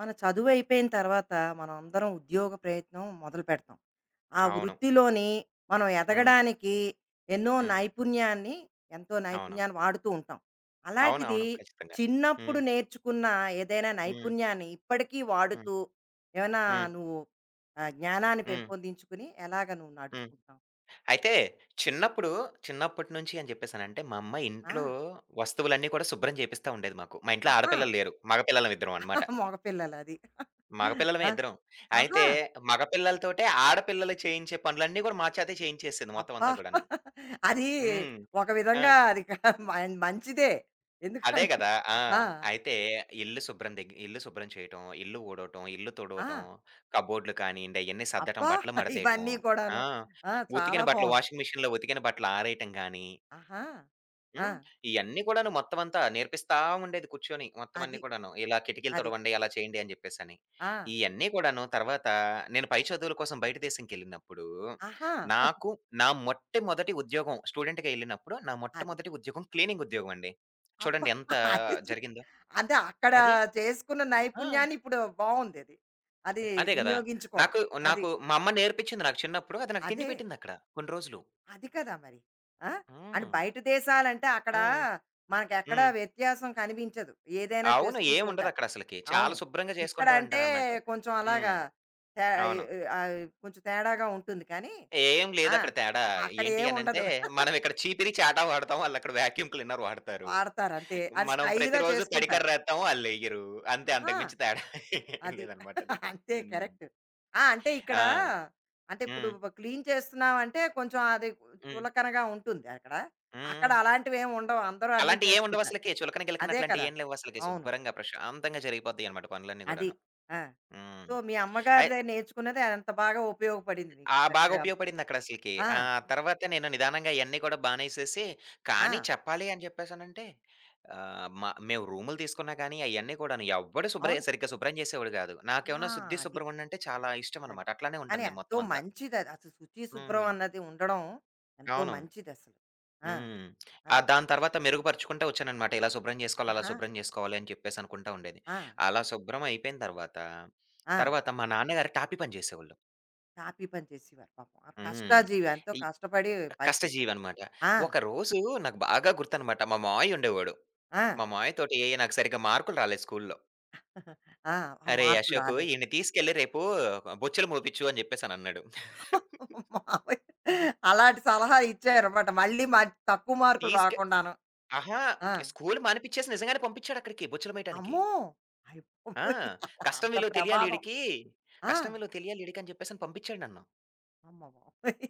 మన చదువు అయిపోయిన తర్వాత మనం అందరం ఉద్యోగ ప్రయత్నం మొదలు పెడతాం. ఆ అవును. వృత్తిలోని మనం హ్మ్. ఎదగడానికి ఎన్నో హ్మ్. నైపుణ్యాన్ని, ఎంతో అవును. నైపుణ్యాన్ని వాడుతూ ఉంటాం. అలాంటిది అవునవును. ఖచ్చితంగా. చిన్నప్పుడు హ్మ్. నేర్చుకున్న ఏదైనా హ్మ్. నైపుణ్యాన్ని ఇప్పటికీ హ్మ్. వాడుతూ ఏమైనా హ్మ్. నువ్వు జ్ఞానాన్ని హ్మ్. పెంపొందించుకుని ఎలాగ నువ్వు హ్మ్. నడుచుకుంటావు? అయితే చిన్నప్పుడు, చిన్నప్పటి నుంచి అని చెప్పేసనంటే, మా అమ్మ ఆ! ఇంట్లో వస్తువులన్నీ కూడా శుభ్రం చేపిస్తా ఉండేది మాకు. మా ఇంట్లో ఆహా! ఆడపిల్లలు లేరు. మగపిల్లలం ఇద్దరం అనమాట. మగ పిల్లలది. మగపిల్లలమే ఆ! ఇద్దరం. అయితే ఆహా! మగపిల్లలతోటే ఆడపిల్లలు చేయించే పనులన్నీ కూడా మా చేతే చేయించేసేది మొత్తం అబ్బా! అంతా కూడాను. అది హ్మ్. ఒక ఆ! విధంగా అది క మన్ మంచిదే. అదే ఎందుకంటే గదా! ఆ! ఆ! అయితే ఇల్లు శుభ్రం చేయటం, ఇల్లు ఊడవటం, ఇల్లు తుడవటం, ఆ! కబోర్డ్‌లు కానియండి, అయన్నీ సర్దటం, అబ్బా! బట్టలు మడతేయటం. ఇవన్నీ ఆ! కూడాను. ఆ! ఉతికిన చాలా బట్టలు బావుంది. వాషింగ్ మిషన్‌లో ఉతికిన బట్టలు ఆరేయటం గాని, ఆహా! ఆ! హ్మ్. ఇయన్నీ కూడాను మొత్తం అంతా నేర్పిస్తా ఉండేది కూర్చొని. మొత్తం అన్నీ అది. కూడాను. ఇలా కిటికీలు అది. తుడవండి, అలా చేయండి అని చెప్పేసని. ఆ! ఇయన్నీ కూడాను తర్వాత నేను పై చదువుల కోసం బయట దేశంకెళ్ళినప్పుడు, ఆహా! నాకు నా మొట్టమొదటి ఉద్యోగం స్టూడెంట్‌గా ఎళ్ళినప్పుడు నా అది. మొట్టమొదటి ఉద్యోగం క్లీనింగ్ ఉద్యోగం అండి. అబ్బా! చూడండి ఎంత అది చూ జరిగిందో. అంటే అక్కడ అది చేసుకున్న ఆ! నైపుణ్యాన్ని ఇప్పుడు బావుందది. అది అది అదే గదా! వినియోగించుకోవడం. నాకు అది. నాకు మా అమ్మ నేర్పించింది నాకు చిన్నప్పుడు. అది నాకు అదే. తిండి పెట్టిందక్కడ కొన్ని రోజులు. అది కదా మరి. ఆ! అండ్ హ్మ్. బయట దేశాలంటే అక్కడ ఆ! మనకెక్కడ హ్మ్. వ్యత్యాసం కనిపించదు. ఏదైనా అవును. చేసుకుంటూ ఉంటారు. ఏముండదక్కడసలకి. అవును. చాలా శుభ్రంగా చేసుకుంటూ ఇక్కడంటే ఉంటారనమాట. కొంచెం అలాగా హ్మ్. తే అవును. ఆహ్, కొంచెం తేడాగా ఉంటుంది కానీ ఏం ఆ! లేదక్కడ తేడా. ఏంటి అనంటే, అక్కడేముండదు. మనమిక్కడ చీపిరి, చాటా వాడతాం. ఆళ్ళక్కడ వాక్యూమ్ క్లీనర్ వాడతారు. వాడతారు అంతే. అది మనం స్టైల్‌గా ప్రతిరోజు చేసుకుంటారు. తడికర్రేత్తాం. ఆళ్ళెయ్యరు. అంతే ఆహా! అంతకు మించి తేడా ఏం అది. లేదనమాటది. అంతే హ్మ్. కరెక్ట్. ఆ! అంటే ఇక్కడ ఆ! అంటే ఇప్పుడు హ్మ్. క్లీన్ చేస్తున్నామంటే కొంచెం అది హ్మ్. చులకనగా ఉంటుంది అక్కడ. అక్కడ హ్మ్. అలాంటివేమి ఉండవు. అందరూ అన్నీ చేసుకుంటారు. అలాంటియేముండవసలకి. చులకన, గిలకన అదే కదా! అట్లాంటియేం లేవసలకి. అవును. శుభ్రంగా, ప్రశాంతంగా జరిగిపోతాయనమాట పనులన్నీ అది. గూడాను. ఆ! హ్మ్. సో, మీ అమ్మగారి అయ్ దగ్గర నేర్చుకున్నది అంత బాగా ఉపయోగపడింది మీకు ఆ! బాగా చక్కగాను. ఉపయోగపడిందక్కడ అసలకి. ఆ! ఆ తర్వాత నేను నిదానంగా ఇయన్నీ కూడా బానేసేసి, ఆ! కానీ చెప్పాలి అని చెప్పేసనంటే మా మేము రూములు తీసుకున్నా కానీ అయన్నీ కూడాను ఎవ్వడు అవును. సరిగ్గా శుభ్రం చేసేవాడు కాదు. ఆ! నాకేమన్నా శుద్ది అది. శుభ్రమంటే చాలా అది. ఇష్టమనమాట. అట్లానే కానీ ఉంటాను నేను ఎంతో మొత్తం అంతా. మంచిదది. అసలు శుచి, శుభ్రం హ్మ్. అన్నది ఉండడం ఎంతో అవును. మంచిదసలు. ఆ! హ్మ్. ఆ! ఆ! దాని తర్వాత మెరుగుపరుచుకుంటూ వచ్చాననమాట. ఇలా శుభ్రం చేసుకోవాలి, అలా ఆహా! శుభ్రం చేసుకోవాలి అని చెప్పేసి అనుకుంటా ఉండేది. ఆ! అలా శుభ్రం అయిపోయిన తర్వాత, ఆ! తర్వాత మా నాన్నగారు టాపీ పని చేసేవాళ్ళు. తాపీ పని చేసేవారు పాపం. ఆ హ్మ్. కష్టాజీవి ఎంతో కష్టపడి పైకొచ్చారు. కష్టజీవనమాట. ఆ! ఒకరోజు నాకు బాగా గుర్తనమాట. మా మావయ్య ఉండేవాడు. ఆ! మా మావయ్యతోటి నాకు సరిగ్గా మార్కులు రాలేదు స్కూలులో. ఆ! ఆ "అరేయ్! మార్పులు అశోకు రాలేదు. ఈడిని తీసుకెళ్ళి రేపు బొచ్చెలు మోపిచ్చు" అని జెప్పేసనన్నాడు. మామూలు అలాంటి సలహా ఇచ్చారన్నమాట. మళ్ళీ మ తక్కువ మార్కులు తీసుకె రాకుండాను. అహా! ఆ! స్కూలు మానిపిచ్చేసి నిజంగానే పంపించాడక్కడికి బొచ్చెలు మేయటానికి. అమ్మో! అయ్య ఆ! బాబోయ్! కష్టం అంత విలువ తెలియాలి ప్రమాదం. ఈడికి, ఆ! కష్టం విలువ తెలియాలి ఈడికి అని జెప్పేసని పంపించాడు నన్ను. అమ్మ బాబోయ్!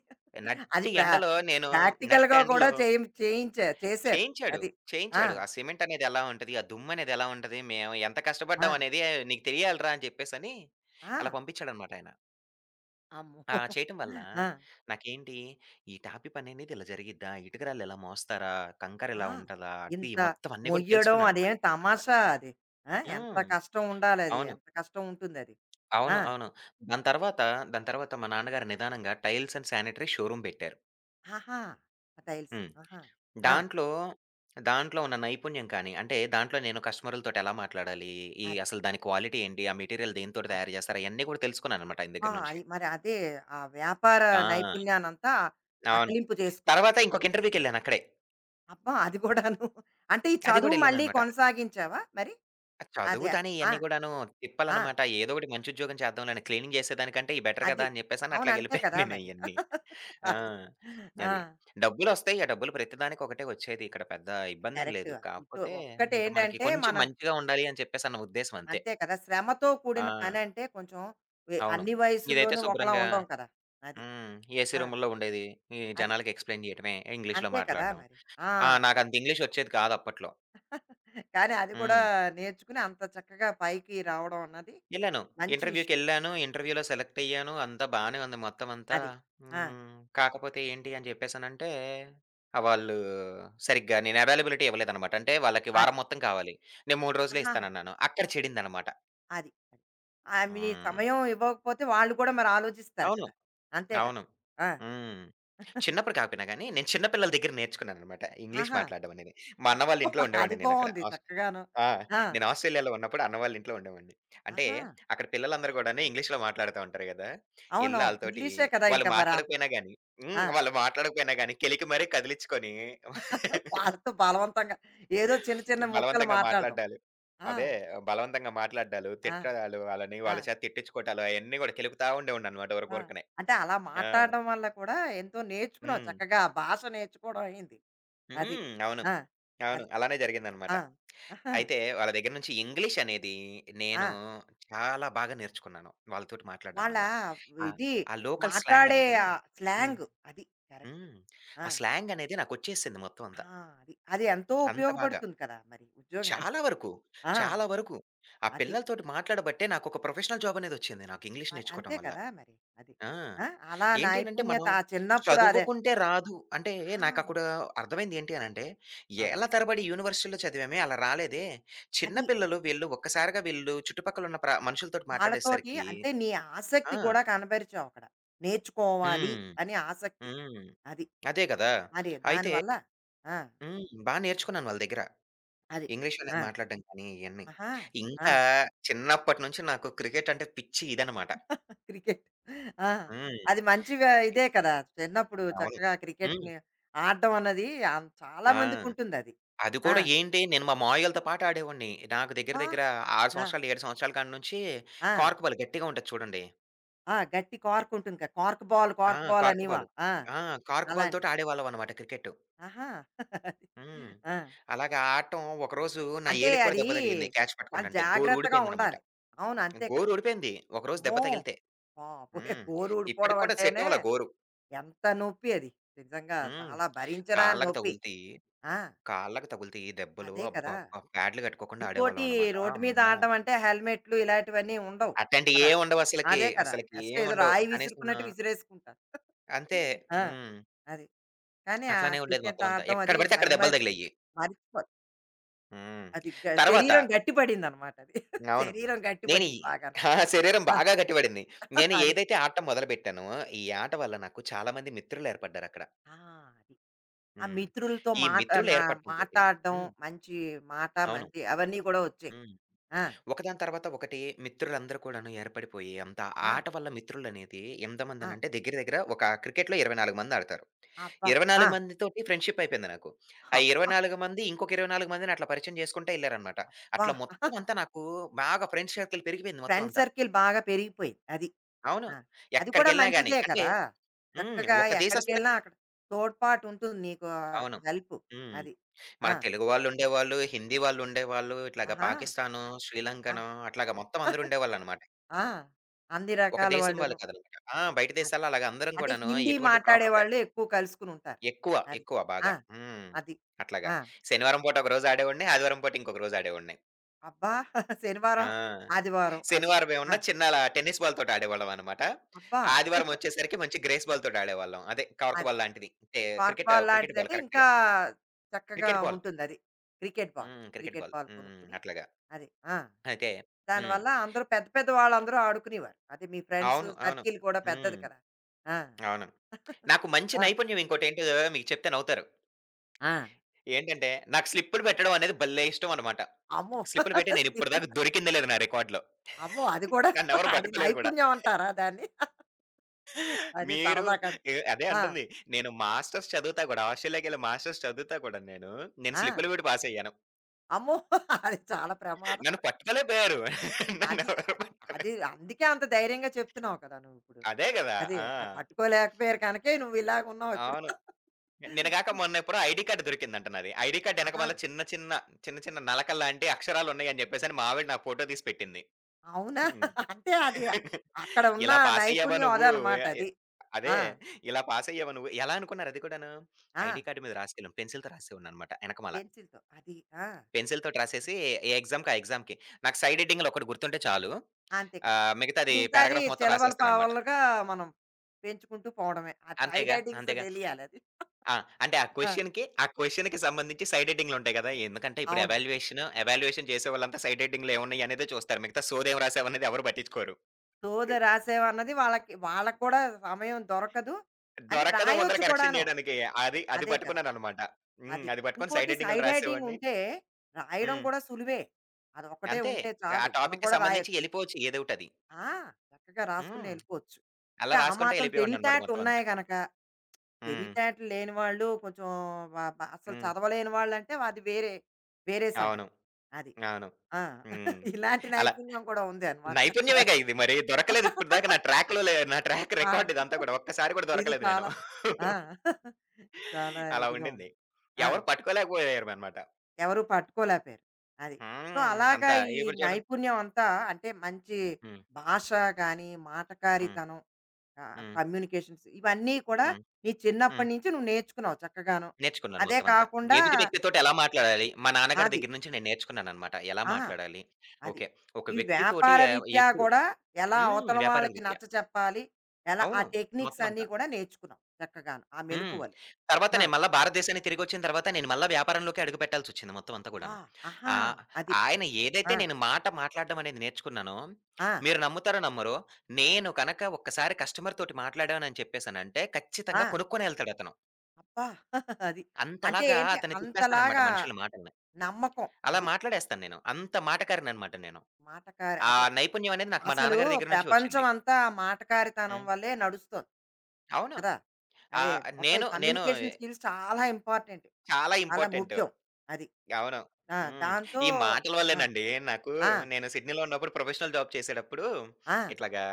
అది నట్టి ప్రా ఎండలో నేను ప్రాక్టికల్‌గా కూడా నట్టెండలో చేయించారు. చేశారు. చేయించాడు. అది. ఆ! చేయించాడు. ఆ సిమెంట్ అనేది ఎలా ఉంటది? ఆ దుమ్ము అనేది ఎలా ఉంటది? మేము ఎంత ఆ! కష్టపడ్డాం అనేది నీకు తెలియాలిరా అని చెప్పేసని ఆ! అలా పంపించాడనమాట ఆయన. ఆ! అమ్మో! చేయటం వల్ల ఆ! నాకేంటి ఈ టాపీ పని అనేది ఇలా జరిగిద్దా? ఇటుకరాళ్ళు ఇలా మోస్తారా? కంకర ఆ! ఇలా ఉంటదా? అది ఇంత మొత్తం అన్నీ కూడా మొయ్యడం తెలుసుకున్నాననమాట అదేం మొత్తం కూడా. తమాషా అది. ఆ! ఎంత హ్మ్. కష్టం ఉండాలది. అవును. ఎంత కష్టం ఉంటుందది. ఆ! అవును. అవును. దాని తర్వాత, దాని తర్వాత మా నాన్నగారు నిదానంగా టైల్స్ అండ్ శానిటరీ షోరూమ్ పెట్టారు. ఆహా! టైల్స్. హ్మ్. ఆహా! ఆ! దాంట్లో, దాంట్లో ఉన్న నైపుణ్యం కానీ, అంటే దాంట్లో నేను కస్టమర్‌లతోటి ఎలా మాట్లాడాలి? ఈ అది. అసలు దాని క్వాలిటీ ఏంటి? ఆ మెటీరియల్ దేనితోటి అది. తయారు చేస్తారు? అయన్నీ కూడా తెలుసుకున్నాననమాట ఆయన అబ్బా! దగ్గర నుంచి. అది మరి అదే ఆ వ్యాపార ఆ! నైపుణ్యానంతా అవును. అకలింపు చేసుకున్నావు. తర్వాత ఇంకొక ఇంటర్వ్యూకెళ్ళానక్కడే. అబ్బా! అది కూడాను. అంటే ఈ అది చదువు కూడా మళ్ళీ ఎళ్ళాననమాట. కొనసాగించావా మరి? అదే. చదువుతానే ఆ! ఇయన్నీ గూడాను ఆ! తిప్పలనమాట. ఏదో ఒకటి మంచి ఉద్యోగం చేద్దాంలే క్లీనింగ్ చేసేదానికంటే ఇది బెటర్ కదా! అది. అని చెప్పేసని అవును. అంతే అట్లాగెళ్ళిపోయాను కదా నేను మరి. ఇయన్నీ. ఆ! అది. ఆ! అది. డబ్బులొస్తాయి. ఆ డబ్బులు ప్రతిదానికి ఒకటే వచ్చేది. ఇక్కడ పెద్ద ఇబ్బందేం కరెక్ట్. లేదు. ఇటు కాకపోతే ఇంక మనకి ఒక్కటేంటంటే కొంచెం మన మంచిగా ఉండాలి అని చెప్పేసన్న ఉద్దేశ్యం అంతే. అంతే కదా! శ్రమతో కూడిన ఆ! పనంటే కొంచెం వె అవును. అన్ని ఇదైతే వయసుల్లోనూ ఒకలా శుభ్రంగా ఉండం కదా! అది. హ్మ్. ఏసీ ఆ! రూముల్లో ఉండేది. ఈ అది. జనాలకి ఎక్స్‌ప్లెయిన్ జేయటమే. ఇంగ్లీష్‌లో అంతే కదా మాట్లాడడం. మరి. ఆ! ఆ! నాకంత ఇంగ్లీష్ ఒచ్చేది కాదు అప్పట్లో. కానీ అది కూడా హ్మ్. నేర్చుకుని అంత చక్కగా పైకి రావడం అన్నది ఎళ్ళాను. మంచి విషయం. ఇంటర్వ్యూకెళ్ళాను. ఇంటర్వ్యూలో సెలెక్ట్ అయ్యాను. అంతా బానే ఉంది మొత్తం అంతా. అది. ఆ! హ్మ్. కాకపోతే ఏంటి అని జెప్పేసనంటే, వాళ్ళు సరిగ్గా నేను అవైలబిలిటీ ఇవ్వలేదనమాట. అంటే వాళ్ళకి అది. వారం మొత్తం కావాలి. నేను 3 రోజులే ఆహాహా! ఇస్తానన్నాను. అక్కడ చెడిందనమాట. అది. అది. మీ హ్మ్. సమయం ఇవ్వకపోతే వాళ్ళు కూడా మరి ఆలోచిస్తారు అవును. కదా! అంతే కదా! అవును. ఆ! హ్మ్. చిన్నప్పుడు కాకపోయినా గానీ, నేను చిన్న పిల్లల దగ్గర నేర్చుకున్నాననమాట ఇంగ్లీష్ ఆహా! మాట్లాడడం అనేది. మా అన్న వాళ్ళ అబ్బో! ఇంట్లో అది ఉండేవాడిని నేనక్కడ. బావుంది చక్కగాను. ఆ! ఆ! నేను ఆస్ట్రేలియాలో ఉన్నప్పుడు అన్న వాళ్ళ ఇంట్లో ఉండేవాడిని. అంటే ఆహా! అక్కడ పిల్లలందరూ గూడాను ఇంగ్లీష్‌లో మాట్లాడుతా ఉంటారు గదా! ఎళ్లి అవునవును. ఆళ్ళతోటి ఇంగ్లీషే కదా! ఇంక వాళ్ళు మరి అంత మాట్లాడకపోయినా గానీ హ్మ్. ఆ! వాళ్ళు మాట్లాడకపోయినా గానీ కెలికి మరీ కదిలిచ్చుకొని వాళ్ళతో బలవంతంగా ఏదో చిన్న చిన్న ముక్కలు బలవంతంగా మాట్లాడడం. మాట్లాడ్డాలు. ఆ! అదే బలవంతంగా మాట్లాడ్డాలు, ఆ! తిట్టడాలు వాళ్ళని, ఆ! వాళ్ళ చేత తిట్టించుకోవటాలు అయన్నీ గూడా కెలుకుతా ఉండేవాడిననమాట ఆ! ఊరకూరకనే. అంటే అలా ఆ! మాట్లాడడం వల్ల కూడా ఎంతో నేర్చుకున్నావు హ్మ్. చక్కగా. ఆ భాష నేర్చుకోవడం అయింది. హ్మ్. అది. అవును. ఆ! అవును. అది. అలానే జరిగిందనమాట. ఆ! ఆహా! అయితే వాళ్ళ దగ్గర నుంచి ఇంగ్లీష్ అనేది ఆ! నేను చాలా బాగా నేర్చుకున్నాను. వాళ్ళతోటి మాట్లాడడం వాళ్ళ వల్ల. ఆహ్, ఇది ఆ లోకల్ స్లాంగ్ మాట్లాడే అనేది ఆ హ్మ్. స్లాంగ్ అది. కరెక్ట్. హ్మ్. ఆ! ఆ స్లాంగ్ అనేది నాకొచ్చేసింది మొత్తం అంతా. ఆ! అది. అది ఎంతో అంత బాగా. ఉపయోగపడుతుంది కదా! మరి చాలా ఉద్యోగానికి. వరకు, ఆ! చాలా వరకు. ఆ అది. పిల్లలతోటి మాట్లాడబట్టే నాకొక ప్రొఫెషనల్ జాబ్ అనేదొచ్చింది నాకు ఇంగ్లీష్ మరి నేర్చుకోవటం అంతే వల్ల. కదా! మరి. అది. ఆ! ఆ! అలా ఏంటి అనంటే నైపుణ్యత మనం ఆ చిన్నప్పుడు అదే చదువుకుంటే రాదు. అంటే ఆ! నాకక్కడ అర్థమైంది ఏంటి అనంటే, ఆ! ఏళ్ళ తరబడి యూనివర్సిటీలో చదివామే అలా రాలేదే. చిన్న అది. పిల్లలు వీళ్ళు ఒక్కసారిగా వీళ్ళు చుట్టుపక్కల ఉన్న మనుషులతోటి వాళ్ళతోటి మాట్లాడేసరికి అంటే నీ ఆసక్తి ఆ! కూడా కనబరిచావు అక్కడ. నేర్చుకోవాలి హ్మ్. అని ఆసక్తి. హ్మ్. అది. అదే గదా! అది అయితే దానివల్ల ఆ! హ్మ్. బా నేర్చుకున్నాను వాళ్ళ దగ్గర. అది. ఇంగ్లీష్ అనేది ఆ! మాట్లాడడం కానీ ఇయన్నీ. ఆహా! ఆ! ఇంకా చిన్నప్పటి నుంచి నాకు క్రికెట్ అంటే పిచ్చి ఇదనమాట. క్రికెట్. ఆ! హ్మ్. అది మంచిగా ఇదే పిచ్చిది. కదా! చిన్నప్పుడు అవును. చక్కగా హ్మ్. క్రికెట్‌ని ఆడడం అన్నది చాలా ఆ! మందికుంటుందది. అది ఆ! కూడా ఏంటి, నేను మా మావయ్యోళ్ళతో పాటు ఆడేవాడిని. నాకు దగ్గర ఆ! దగ్గర 6 ఆ! సంవత్సరాలు, 7 సంవత్సరాల కాడి నుంచి ఆ! కార్క్ బాల్ గట్టిగా ఉంటది చూడండి. ఆ! గట్టి కార్క్ ఉంటుంది కదా! కార్క్ బాల్, ఆ! Cork ball cork ball. అనేవాళ్ళం. ఆ! ఆ! కార్క్ బాల్‌తోటి అలాంటిది. ఆడేవాళ్ళమనమాట క్రికెట్. ఆహా! అది. హ్మ్. ఆ! అలాగా ఆడటం ఒకరోజు నా అంటే ఏలుకి కూడా అది దెబ్బ తగిలింది క్యాచ్ చాలా పట్టుకుంటంటే. గోరు జాగ్రత్తగా ఊడిపోయిందనమాట. ఉండాలి. అవును. అంతే కదా! గోరు ఊడిపోయింది ఒకరోజు దెబ్బ అమ్మో! తగిలితే. బాబోయ్! హ్మ్. గోరు ఊడిపోవడం ఇప్పటికి కూడా సెట్ అంటేనే అవ్వల గోరు. ఎంత నొప్పి అది. నిజంగా హ్మ్. చాలా భరించరాని కాళ్ళకి నొప్పి. తగులుతయి, ఆ! కాళ్ళకి తగులుతయి దెబ్బలు. అదే కదా! అబ్బబ్బా! ప్యాడ్లు కట్టుకోకుండా ఇంకోటి ఆడేవాళ్ళమనమాట. రోడ్డు మీద అమ్మో! ఆడడం అంటే హెల్మెట్లు ఇలాంటివన్నీ ఉండవు అట్లాంటియి కదా! ఏవుండవసలకి. అదే కదా! అసలకి జస్ట్ ఏదో ఏముండవు. రాయి కనీసం విసురుకున్నట్టు విసిరేసుకుంటారు. అంతే. ఆ! హ్మ్. అది. కానీ ఆ అట్లానే ఉండేది క్రికెట్ మొత్తం అంతా. ఆడడం ఎక్కడ అది పడితే మై అక్కడ దెబ్బలు మరి తగిలేయి. మరిచిపో హ్మ్. అది గ తర్వాత శరీరం గట్టి పడిందనమాట అది. అవును. శరీరం గట్టి నేను పడింది ఈ బాగాను. ఆ! శరీరం ఆ! బాగా గట్టిపడింది. నేను అది. ఏదైతే ఆట మొదలుపెట్టానో, ఈ ఆట వల్ల నాకు చాలా మంది మిత్రులేర్పడ్డారక్కడ. ఆ! అది. ఆ హ్మ్. మిత్రులతో ఈ మాట నా మిత్రులేర్పడటంతోటి మాటాడడం, హ్మ్. మంచి మాట అవును. మంతి అవన్నీ గూడా వచ్చాయి. హ్మ్. ఆ! ఒకదాని తర్వాత ఒకటి మిత్రులందరూ కూడాను ఏర్పడిపోయి అంతా ఆ! ఆట వల్ల మిత్రులనేది ఆ! ఎంతమందనంటే దగ్గర దగ్గర ఒక క్రికెట్‌లో 24 మంది ఆడతారు. అబ్బా! ఆ! 24 మందితోటి ఫ్రెండ్‌షిప్ అయిపోయింది నాకు. ఆ 24 మంది ఇంకొక 24 మందిని అట్లా పరిచయం చేసుకుంటా ఎళ్లారనమాట. అబ్బా! అట్లా మొత్తం అంతా నాకు బాగా ఫ్రెండ్స్ సర్కిల్ పెరిగిపోయింది మొత్తం ఫ్రెండ్ అంతా. సర్కిల్ బాగా పెరిగిపోయింది. అది. అవును. ఆ! అది కూడా ఎక్కడికెళ్ళినా గాని మంచిదే అంటే కదా! హ్మ్. చక్కగా ఒక దేశస్తులే ఎక్కడికెళ్ళినా అక్కడ తోడ్పాటు ఉంటుంది నీకు అవును. హెల్ప్. హ్మ్. అది. మన ఆ! తెలుగు వాళ్ళుండేవాళ్ళు, హిందీ వాళ్ళుండేవాళ్ళు, ఇట్లాగా ఆహా! పాకిస్తాను, ఆ! శ్రీలంకను అట్లాగా మొత్తం అందరూ ఉండేవాళ్ళనమాట. ఆ! అన్ని ఒక రకాల దేశం వాళ్ళు వాళ్ళును. కాదనమాట. ఆ! బయట అది. దేశాల్లో అలాగా అందరం అంటే కూడాను హిందీ ఎటువంటి ప్రాబ్లమ్ మాట్లాడేవాళ్ళు లేకుండా ఎక్కువ కలుసుకుని ఉంటారు. ఎక్కువ, అది. ఎక్కువ ఆ! బాగా. హ్మ్. అది. అట్లాగా. ఆ! శనివారం పూట ఒకరోజు ఆడేవాడిని. ఆదివారం పూట ఇంకొక రోజు ఆడేవాడిని. అబ్బా! ఆ! శనివారం, ఆదివారం అది. శనివారం ఆ! ఏమన్నా చిన్న అలా టెన్నిస్ బాల్‌తోటి ఆడేవాళ్ళం అనమాట. అబ్బా! ఆదివారం వచ్చేసరికి మంచి గ్రేస్ బాల్‌తోటి ఆడేవాళ్ళం. అదే కవర్ అది. బాల్ లాంటిది. అంటే cork cricket, ball cricket ball లాంటిదంటే ఇంకా కరెక్ట్‌గా. చక్కగా క్రికెట్ బాల్. ఉంటుందది. Cricket ball. హ్మ్. Cricket cricket ball. బాల్ హ్మ్. కొనుక్కొని అట్లాగా. అది. ఆ! అయితే హ్మ్. దానివల్ల అందరూ పెద్ద పెద్ద వాళ్ళందరూ ఆడుకునేవారు. అదే మీ ఫ్రెండ్స్ అవును. అవును. సర్కిల్ కూడా పెద్దది హ్మ్. కదా! ఆ! అవును. నాకు మంచి ఆ! నైపుణ్యం ఇంకోటేంటో మీకు చెప్తే నవ్వుతారు. ఆ! ఏంటంటే నాకు స్లిప్పులు పెట్టడం అనేది భలే ఇష్టం అనమాట. అమ్మో! స్లిప్పులు పెట్టి స్లిప్పులు నేనిప్పటిదాకా దొరికిందే లేదు నా రికార్డ్‌లో. అమ్మో! అది కూడా నన్నెవరు అది పట్టుకోలేదు కూడా. నైపుణ్యం అంటారా దాన్ని? అది మీరు సరదా కన్ అదే ఆ! అంటుంది. నేను మాస్టర్స్ చదువుతా కూడా ఆస్ట్రేలియాకెళ్ళి మాస్టర్స్ చదువుతా కూడా నేను. నేను ఆ! స్లిప్‌లు కూడా పాస్ అయ్యాను. అమ్మో! అది చాలా ప్రమాదం. నన్ను పట్టుకోలేకపోయారు. అది నన్నెవరు అది పట్ అది అందుకే అంత ధైర్యంగా చెప్తున్నావు కదా నువ్విప్పుడు. అదే గదా! అదే ఆ! ఆ పట్టుకోలేకపోయారు కనకే నువ్వు ఇలాగ ఉన్నావు ఇప్పుడు. అవును. నిన్నగాక మొన్న ఎప్పుడో ఐడీ కార్డ్ దొరికిందంట నాది. ఐడీ కార్డ్ ఆహా! ఎనకమాల చిన్న చిన్న, చిన్న చిన్న నలకల్లాంటి అక్షరాలున్నాయని జెప్పేసని మా ఆవిడ నాకు ఫోటో తీసి పెట్టింది. అవునా? హ్మ్. అంటే అది అక్కడ ఉన్న ఇలా పాస్ అయ్యావా నైపుణ్యం నువ్వు? ఎ అదనమాట ఎ అది. అదే. ఆ! ఇలా పాస్ అయ్యావా నువ్వు? ఎలా అనుకున్నారు అది కూడాను? ఆ! ఐడీ కార్డ్ మీద రాసేవాళ్ళం. పెన్సిల్‌తో రాసేవాడిననమాట ఎనకమాల. పెన్సిల్‌తో అది. ఆ! పెన్సిల్‌తోటి రాసేసి ఏ ఎగ్జామ్‌కి ఆ ఎగ్జామ్‌కి. నాకు సైడ్ ఎడిటింగ్‌లు ఒకటి గుర్తుంటే చాలు. అంతే కదా! మిగతాది మిగతాది పారాగ్రాఫ్ మొత్తం చిలవలు రాసేస్తాననమాట. పావలుగా మనం పెంచుకుంటూ పోవడమే. ఆ సైడ్ అంతేగా, హెడ్డింగ్స్ అంతేగా. తెలియాలది. ఆ! అంటే ఆ ఆ! క్వెషన్‌కి, ఆ క్వెషన్‌కి సంబంధించి సైడ్ ఎడిటింగ్‌లుంటాయి గదా! ఎందుకంటే ఇప్పుడు అవును. ఎవాల్యుయేషన్ చేసేవాళ్ళంతా సైడ్ ఎడిటింగ్‌లు ఏమున్నాయి అనేదే చూస్తారు. మిగతా సోదేం రాసావనేది ఎవరు పట్టించుకోరు. శోధ రాసావన్నది వాళ్ళకి వాళ్ళకి కూడా సమయం దొరకదు. అది దొరకదు ముందల రాయొచ్చు కరెక్షన్ కూడాను. చేయడానికి. అది అది అదే కదా! పట్టుకున్నాననమాట. హ్మ్. అది. అది పట్టుకొని ఇంకోటి సైడ్ ఎడిటింగ్‌లు సైడ్ హెడ్డింగ్ రాసేవాడిని. ఉంటే రాయడం హ్మ్. కూడా సులువే. అదొక్కటే అంతే. ఉంటే ఆ చాలు. మనం టాపిక్‌కి కూడా సంబంధించి రాయొచ్చు. ఎళ్ళిపోవచ్చు ఏదోకటది. ఆ! చక్కగా రాసుకుని హ్మ్. ఎళ్ళిపోవచ్చు. అలా అంటే ఆ రాసుకుంటా మాత్రం ఎళ్ళిపోయేవాడిననమాట తెలివితేటలు మొత్తం అంతా. ఉన్నాయి గనక, హ్మ్. తెలివితేటలు లేని వాళ్ళు కొంచెం వ బ అసలు హ్మ్. చదవలేని వాళ్ళంటే అది వేరే, వేరే అవును. సంగతి. అది. అవును. ఆ! హ్మ్. ఇలాంటి అలా నైపుణ్యం కూడా ఉంది అనమాట. నైపుణ్యమేగా ఇది మరి. దొరకలేదు ఇప్పటిదాకా నా ట్రాక్ ఆ! రికార్డ్ ఇదంతా కూడా. ఒక్కసారి కూడా ఇది దొరకలేదు నేను. చాలా ఆ! చాలా అలా ఇదిగా ఉండింది. ఉంది. ఆ! ఎవరు పట్టుకోలేకపోయారనమాట. ఎవరు పట్టుకోలేకపోయారు. అది. సో, హ్మ్. అలాగా అంతా ఈ ఇప్పుడు చూడండి నైపుణ్యం అంతా అంటే మంచి హ్మ్. భాష గానీ, హ్మ్. మాటకారితనం హ్మ్. కమ్యూనికేషన్స్ ఇవన్నీ కూడా హ్మ్. నీ హ్మ్. చిన్నప్పటి నుంచి నువ్వు నేర్చుకున్నావు చక్కగాను. నేర్చుకున్నాను అదే మొత్తం అంతా. కాకుండా ఎదుటి వ్యక్తితోటి ఎలా మాట్లాడాలి? మా నాన్నగారి అది. దగ్గర నుంచి నేను నేర్చుకున్నాననమాట. ఎలా ఆ! మాట్లాడాలి? అది. ఓకే. ఒక ఈ వ్యక్తితోటి వ్యాపార ఎ రీత్యా ఎప్పుడు గూడా ఎలా హ్మ్. అవతల వ్యాపార వాళ్ళకి రీత్యా. నచ్చచెప్పాలి, ఎలా ఆ అవును. టెక్నిక్స్ మొత్తం అన్నీ అంతా. కూడా నేర్చుకున్నావు చక్కగాను. ఆ హ్మ్. మెలకువలు. తర్వాత ఆ! నేను మళ్ళా భారతదేశానికి తిరిగొచ్చిన తర్వాత నేను మళ్ళా వ్యాపారంలోకే అడుగు పెట్టాల్సొచ్చింది మొత్తం అంతా ఆ! గూడాను. ఆహా! ఆహ్, అది. ఆయన ఆ! ఏదైతే నేను మాట మాట్లాడడం అనేది నేర్చుకున్నానో, ఆ! మీరు నమ్ముతారో నమ్మరో, నేను కనక ఒక్కసారి కస్టమర్ తోటి మాట్లాడానని చెప్పేసనంటే ఆ! ఖచ్చితంగా కొనుక్కొనే ఎళ్తాడతను. అబ్బా! అది. అంటే అంతలాగా ఏంటి అతన్ని తిప్పేస్తాననమాట అంతలాగా మనుషుల మాటల్ని. నమ్మకం అలా అది. మాట్లాడేస్తాను నేను. అది అంత మాటకారిననమాట నేను. మాటకారి ఆ అదే. నైపుణ్యం అనేది నాకు మా అసలు నాన్నగారి దగ్గర నుంచి ప్రపంచం వచ్చింది. అంతా ఆ మాటకారితనం హ్మ్. వల్లే నడుస్తోంది అవును. కదా! అదే ఆహ్, మొత్తం ఈ నేను నేను కమ్యూనికేషన్ స్కిల్స్ చాలా ఇంపార్టెంట్. చాలా చాలా ఇంపార్టెంట్. ముఖ్యం. అది. అవును. ఆ! హ్మ్. దాంతో ఈ మాటల ఆ! వల్లేనండి నాకు ఆ! నేను సిడ్నీలో ఉన్నప్పుడు ప్రొఫెషనల్ జాబ్ చేసేటప్పుడు ఆ! ఇట్లాగా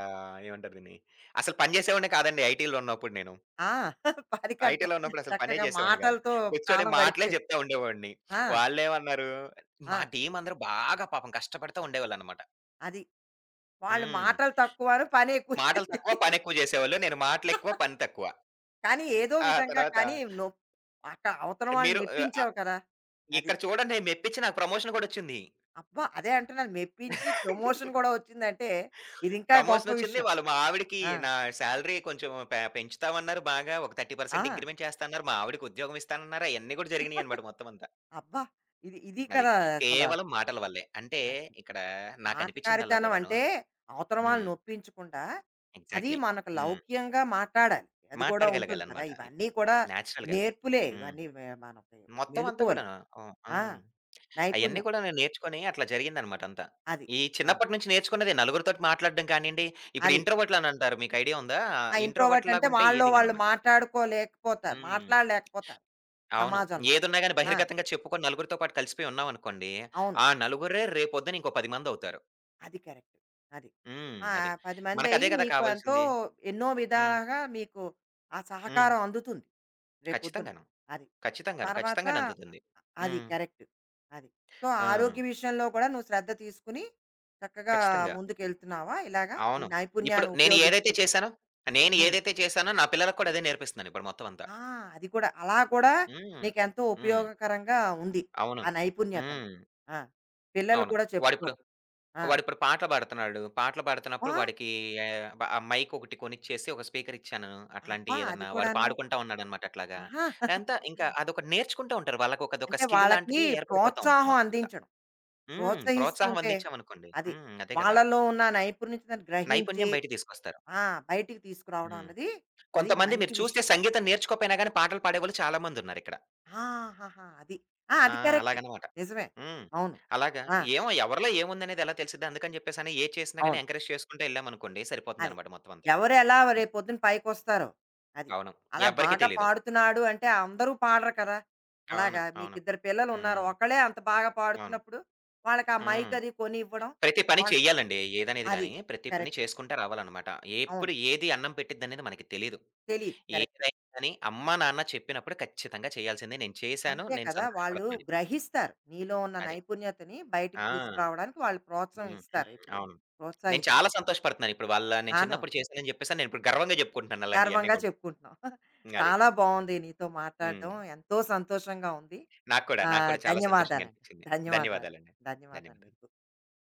ఏమంటారు దీన్ని? అసలు పని చేసేవాడినే కాదండి ఐటీలో ఉన్నప్పుడు నేను. ఆ! పనికంట ఐటీలో ఉన్నప్పుడు అసలు పనే చక్కగా చేసేవాడిని కాదు. మాటలతో కూర్చొని కాలం మాటలే గడిచిపోయింది. చెప్తా ఉండేవాడిని. ఆ! వాళ్ళేమన్నారు మా ఆ! టీమ్ అందరూ బాగా పాపం కష్టపడతా ఉండేవాళ్ళన్నమాట. అది. వాళ్ళు హ్మ్. మాటలు తక్కువను పని ఎక్కువ. మాటలు తక్కువ పనెక్కువ చేసేవాళ్ళు. నేను మాటలెక్కువ పని తక్కువ. కానీ ఏదో ఆ విధంగా తర్వాత కానీ నొప్ అక్కడ అవతల వాళ్ళని మీరు ఆహ్, ఆహ్, మెప్పించావు కదా! అది. ఇక్కడ చూడండి మెప్పిచ్చి నాకు ప్రమోషన్ గూడొచ్చింది. అబ్బా! అదే అంటున్నాను మెప్పించి ప్రమోషన్ గూడా వచ్చిందంటే ఇది ఇంకా గొప్ప ప్రమోషనొచ్చింది. విషయం. వాళ్ళు మా ఆవిడకి ఆ! నా సాలరీ కొంచెం పెంచుతామన్నారు బాగా. ఒక 30% ఆ! ఇంక్రిమెంట్ చేస్తాన్నారు. మా ఆవిడకి ఉద్యోగం ఇస్తానన్నారు. అయన్నీ కూడా జరిగినియన్నమాట మొత్తమంతా. అబ్బా! ఇది ఇది అది. కదా అసల. కేవలం మాటల వల్లే. అంటే అది ఇక్కడ నాకనిపిచ్చిందల్లా మాటకారితనం కూడాను అంటే అవతల వాళ్ళని హ్మ్. నొప్పించకుండా అది ఎగ్జాక్ట్‌లీ. మనకు హ్మ్. లౌక్యంగా మాట్లాడాలి. అది కూడా ఉంటుంది కదా! మాట్లాడగలగాలన్నమాట అది. ఇవన్నీ కూడా నేచురల్‌గా. నేర్పులే హ్మ్. ఇవన్నీ మే మనకి మొత్తం అంతా మెలకువలు. కూడాను. హ్మ్. ఆ! హ్మ్. అయన్నీ నైపుణ్యం. కూడా నేను నేర్చుకొని అట్లా జరిగిందన్నమాట అంతా. అది. ఈ ఆ! చిన్నప్పటి నుంచి నేర్చుకున్నదే నలుగురితోటి మాట్లాడడం కానియండి, ఇప్పుడు అది. ఇంట్రోవర్ట్‌లని అంటారు. మీకు ఐడియా ఉందా? ఆ! ఇంట్రోవర్ట్ అంటే ఇంట్రోవర్ట్‌లాగుంటే వాళ్ళలో ఏది వాళ్ళు గాననమాట. మాట్లాడుకోలేకపోతారు. హ్మ్. మాట్లాడలేకపోతారు అవును. సమాజంలో. ఏదున్నా గాని ఆ! బహిర్గతంగా చెప్పుకొని నలుగురితో పాటు కలిసిపోయి ఉన్నామనుకోండి, అవును. ఆ నలుగురే రేపొద్దున ఇంకో 10 మందవుతారు. అది కరెక్ట్. అది. హ్మ్. ఆ! అది. 10 మందయ్యి మనకదే కదా మీకు ఎంతో కావాల్సింది. ఎన్నో హ్మ్. విధాలుగా మీకు ఆ హ్మ్. సహకారం అందుతుంది. రేపొద్దున. ఖచ్చితంగాను. అది. ఖచ్చితంగాను. తర్వాత ఖచ్చితంగాను అందుతుంది. అది హ్మ్. కరెక్ట్. అది. సో, ఆరోగ్య ఆ! విషయంలో కూడా నువ్వు శ్రద్ధ తీసుకొని చక్కగా ఖచ్చితంగా. ముందుకెళ్తున్నావా ఇలాగా? ఈ అవును. ఇప్పుడు నైపుణ్యాన్ని నేను ఏదైతే ఉపయోగించుకుంటూ? చేశానో, నేను హ్మ్. ఏదైతే చేశానో నా పిల్లలకి కూడా అదే నేర్పిస్తున్నానిప్పుడు మొత్తం అంతా. ఆ! అది కూడా. అలా కూడా హ్మ్. నీకెంతో హ్మ్. ఉపయోగకరంగా ఉంది. అవును. ఆ నైపుణ్యతని. హ్మ్. ఆ! పిల్లలు అవును. కూడా వాడిప్పుడు చెప్పుకోవడం. ఆ! వాడిప్పుడు పాటలు పాడుతున్నాడు. పాటలు అబ్బా! పాడుతున్నప్పుడు వాడికి ఆహ్, బ ఆ మైక్ ఒకటి కొనిచ్చేసి, ఒక స్పీకర్ ఇచ్చాను. అట్లాంటి అబ్బా! అది ఏదన్నా వాడు కూడాను. పాడుకుంటా ఉన్నాడనమాట అట్లాగా. ఆహా! అంతా ఇంకా అదొకటి నేర్చుకుంటూ ఉంటారు. వాళ్ళకొక అదొక అంటే స్కిల్ వాళ్ళకి లాంటిది ఏర్పడిపోతా ఉంటది ప్రోత్సాహం మొత్తం అంతా. అందించడం. హ్మ్. ప్రోత్సాహం ప్రోత్సహిస్తుంటే అందించామనుకోండి అది. హ్మ్. అదే కదా! వాళ్ళలో ఉన్న నైపుణ్యతను గ్రహించి నైపుణ్యం బయటికి తీసుకొస్తారు. ఆ! బయటికి తీసుకురావడం హ్మ్. అన్నది అది కొంతమంది మంచి మీరు చూస్తే విషయం. సంగీతం నేర్చుకోకపోయినా గాని పాటలు పాడేవాళ్ళు చాలా మందున్నారిక్కడ. ఆహాహా! అది. ఆ! ఆ! అది కరెక్ట్. అలాగనమాట. నిజమే. హ్మ్. అవును. అలాగా ఆ! ఏమో ఎవరిలో ఏముందనేది ఎలా తెలిసిద్ది? అందుకని చెప్పేసని ఏది చేసినా గాని అవును. ఎంకరేజ్ చేసుకుంటూ ఎళ్ళామనుకోండి అది. సరిపోతుందనమాట మొత్తం అంతా. ఎవరు ఎలా రేపొద్దున పైకొస్తారో అది. అవును. అలా ఎవ్వరికీ బాగా తెలీదు. పాడుతున్నాడు అంటే అందరూ పాడరు కదా! అవును. అలాగా అవును. మీకిద్దరు పిల్లలున్నారు. హ్మ్. ఒకళ్ళే అంత బాగా అవును. పాడుతున్నప్పుడు వాళ్ళకి ఆ మైక్ హ్మ్. అది కొనివ్వడం. ప్రతి పని వాళ్ళ చేయాలండి. ఏదనేది అది. గాని, ప్రతి పని కరెక్ట్. చేసుకుంటా రావాలనమాట. అవును. ఎప్పుడు ఏది అన్నం పెట్టిద్దనేది మనకి తెలీదు. తెలీదు. కరెక్ట్. ఏదైనా గాని అమ్మా, నాన్న చెప్పినప్పుడు ఖచ్చితంగా చేయాల్సిందే. నేను చేశాను. అంతే నేను కదా! వాళ్ళు సంతోషపడుతున్నాను. గ్రహిస్తారు. నీలో ఉన్న అది. నైపుణ్యతని బయటికి ఆ! తీసుకురావడానికి వాళ్ళు ప్రోత్సాహం హ్మ్. హ్మ్. ఇస్తారు ఇప్పుడు. అవును. నేను చాలా ప్రోత్సహిస్తారు. సంతోషపడుతున్నాను. ఇప్పుడు వాళ్ళ నేను ఆను చిన్నప్పుడు చేశానని చెప్పేసి నేను ఇప్పుడు గర్వంగా చెప్పుకుంటున్నాను అలాంటియన్నీ గర్వంగా గూడా. చెప్పుకుంటున్నాం. అది. చాలా బావుంది నీతో హ్మ్. మాట్లాడడం. ఎంతో సంతోషంగా ఉంది. నాకు కూడా, ఆ! నాకు కూడా చాలా సంతోషంగా ధన్యవాదాలండి. అనిపించింది. ధన్యవాదాలు. ధన్యవాదాలండి. ధన్యవాదాలు ధన్యవాదాలు. మీకు.